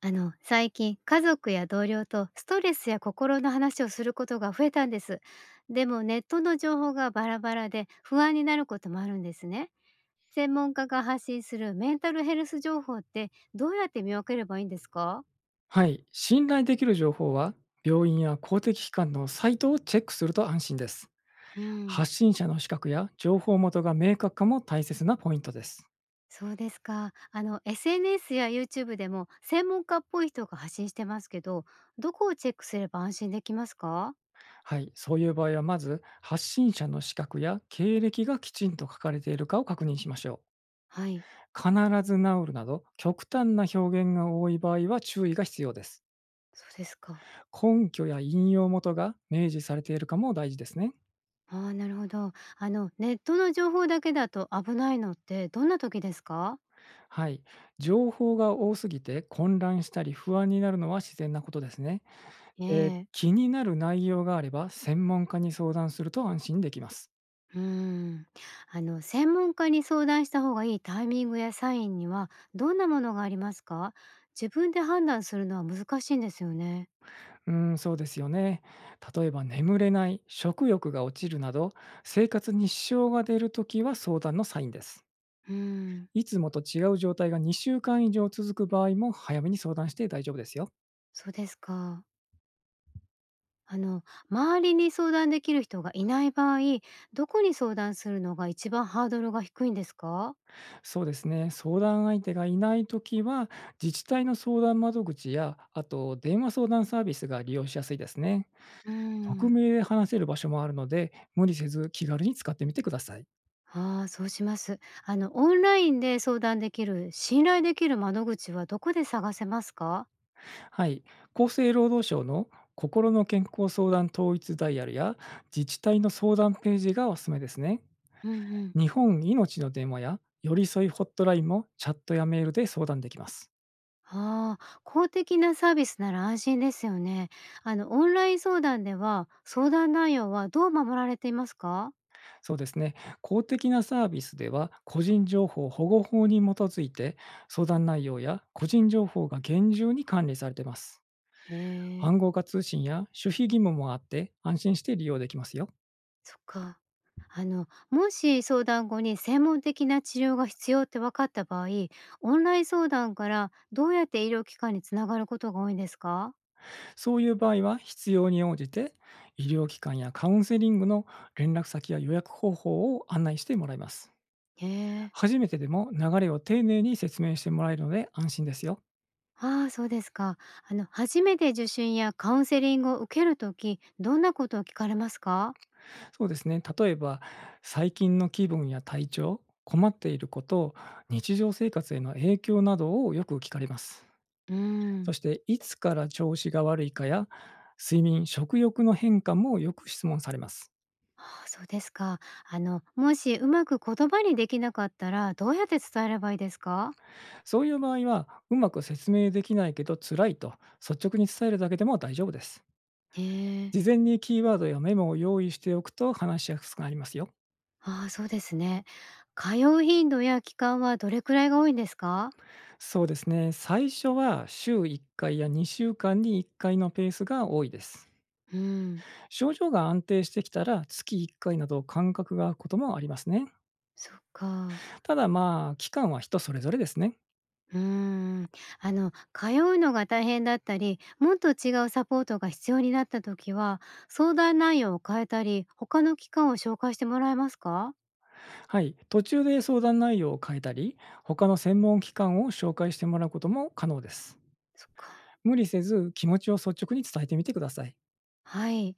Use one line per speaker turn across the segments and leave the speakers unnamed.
あの、最近、家族や同僚とストレスや心の話をすることが増えたんです。でも、ネットの情報がバラバラで不安になることもあるんですね。専門家が発信するメンタルヘルス情報ってどうやって見分ければいいんですか？
はい、信頼できる情報は病院や公的機関のサイトをチェックすると安心です。
うん、
発信者の資格や情報元が明確化も大切なポイントです。
そうですか。あの、SNS や YouTube でも専門家っぽい人が発信してますけど、どこをチェックすれば安心できますか？
はい、そういう場合は、まず発信者の資格や経歴がきちんと書かれているかを確認しましょう。
はい、
必ず治るなど極端な表現が多い場合は注意が必要です。
そうですか。
根拠や引用元が明示されているかも大事ですね。
ああ、なるほど。あの、ネットの情報だけだと危ないのってどんな時ですか？
はい、情報が多すぎて混乱したり不安になるのは自然なことですね。
え
で、
え。
気になる内容があれば、専門家に相談すると安心できます。
うーん。あの、専門家に相談した方がいいタイミングやサインにはどんなものがありますか？自分で判断するのは難しいんですよね。
うーん、そうですよね。例えば、眠れない、食欲が落ちるなど、生活に支障が出るときは相談のサインです。
うーん、
いつもと違う状態が2週間以上続く場合も、早めに相談して大丈夫ですよ。
そうですか。あの、周りに相談できる人がいない場合、どこに相談するのが一番ハードルが低いんですか？
そうですね。相談相手がいないときは、自治体の相談窓口や、あと電話相談サービスが利用しやすいですね。
うー
匿
ん。
名で話せる場所もあるので、無理せず気軽に使ってみてください。
ああ、そうします。あの、オンラインで相談できる信頼できる窓口はどこで探せますか？
はい、厚生労働省の心の健康相談統一ダイヤルや自治体の相談ページがおすすめですね。
うんうん。
日本いのちの電話や寄り添いホットラインも、チャットやメールで相談できます。
ああ、公的なサービスなら安心ですよね。あの、オンライン相談では、相談内容はどう守られていますか？
そうですね。公的なサービスでは、個人情報保護法に基づいて相談内容や個人情報が厳重に管理されています。
へえ。
暗号化通信や守秘義務もあって、安心して利用できますよ。
そっか。あの、もし相談後に専門的な治療が必要って分かった場合、オンライン相談からどうやって医療機関につながることが多いんですか？
そういう場合は、必要に応じて医療機関やカウンセリングの連絡先や予約方法を案内してもらいます。
へえ。
初めてでも流れを丁寧に説明してもらえるので安心ですよ。
ああ、そうですか。あの、初めて受診やカウンセリングを受けるとき、どんなことを聞かれますか？
そうですね。例えば、最近の気分や体調、困っていること、日常生活への影響などをよく聞かれます。
うー
そ
ん。
していつから調子が悪いかや睡眠、食欲の変化もよく質問されます。
ああ、そうですか。あの、もしうまく言葉にできなかったら、どうやって伝えればいいですか？
そういう場合は、うまく説明できないけど辛いと率直に伝えるだけでも大丈夫です。
へえ。
事前にキーワードやメモを用意しておくと話しやすくなりますよ。
ああ、そうですね。通う頻度や期間はどれくらいが多いんですか？
そうですね。最初は週1回や2週間に1回のペースが多いです。
うん。
症状が安定してきたら月1回など間隔が空くこともありますね。
そっか。
ただまあ、期間は人それぞれですね。
うーん、あの通うのが大変だったり、もっと違うサポートが必要になった時は、相談内容を変えたり、他の機関を紹介してもらえますか？
はい。途中で相談内容を変えたり、他の専門機関を紹介してもらうことも可能です。
そっか。
無理せず、気持ちを率直に伝えてみてください。
はい。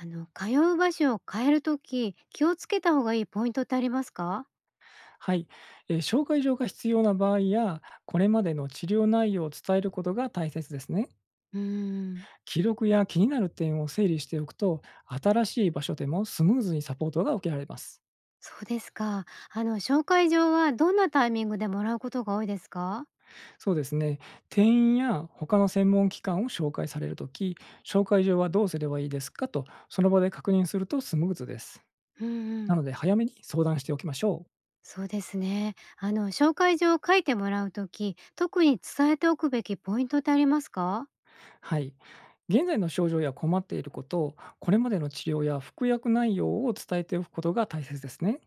あの通う場所を変える時、気をつけた方がいいポイントってありますか？
はい、紹介状が必要な場合や、これまでの治療内容を伝えることが大切ですね。
うーん、
記録や気になる点を整理しておくと、新しい場所でもスムーズにサポートが受けられます。
そうですか。あの紹介状はどんなタイミングでもらうことが多いですか？
そうですね、転院や他の専門機関を紹介されるとき、紹介状はどうすればいいですかと、その場で確認するとスムーズです。
うんう
な
ん。
ので、早めに相談しておきましょう。
そうですね。あの、紹介状を書いてもらうとき、特に伝えておくべきポイントってありますか？
はい。現在の症状や困っていること、これまでの治療や服薬内容を伝えておくことが大切ですね。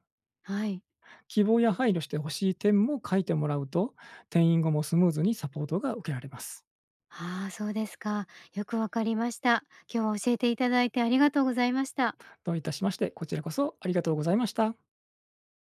はい。
希望や配慮してほしい点も書いてもらうと、転院後もスムーズにサポートが受けられます。
ああ、そうですか。よくわかりました。今日は教えていただいてありがとうございました。
どういたしまして、こちらこそありがとうございました。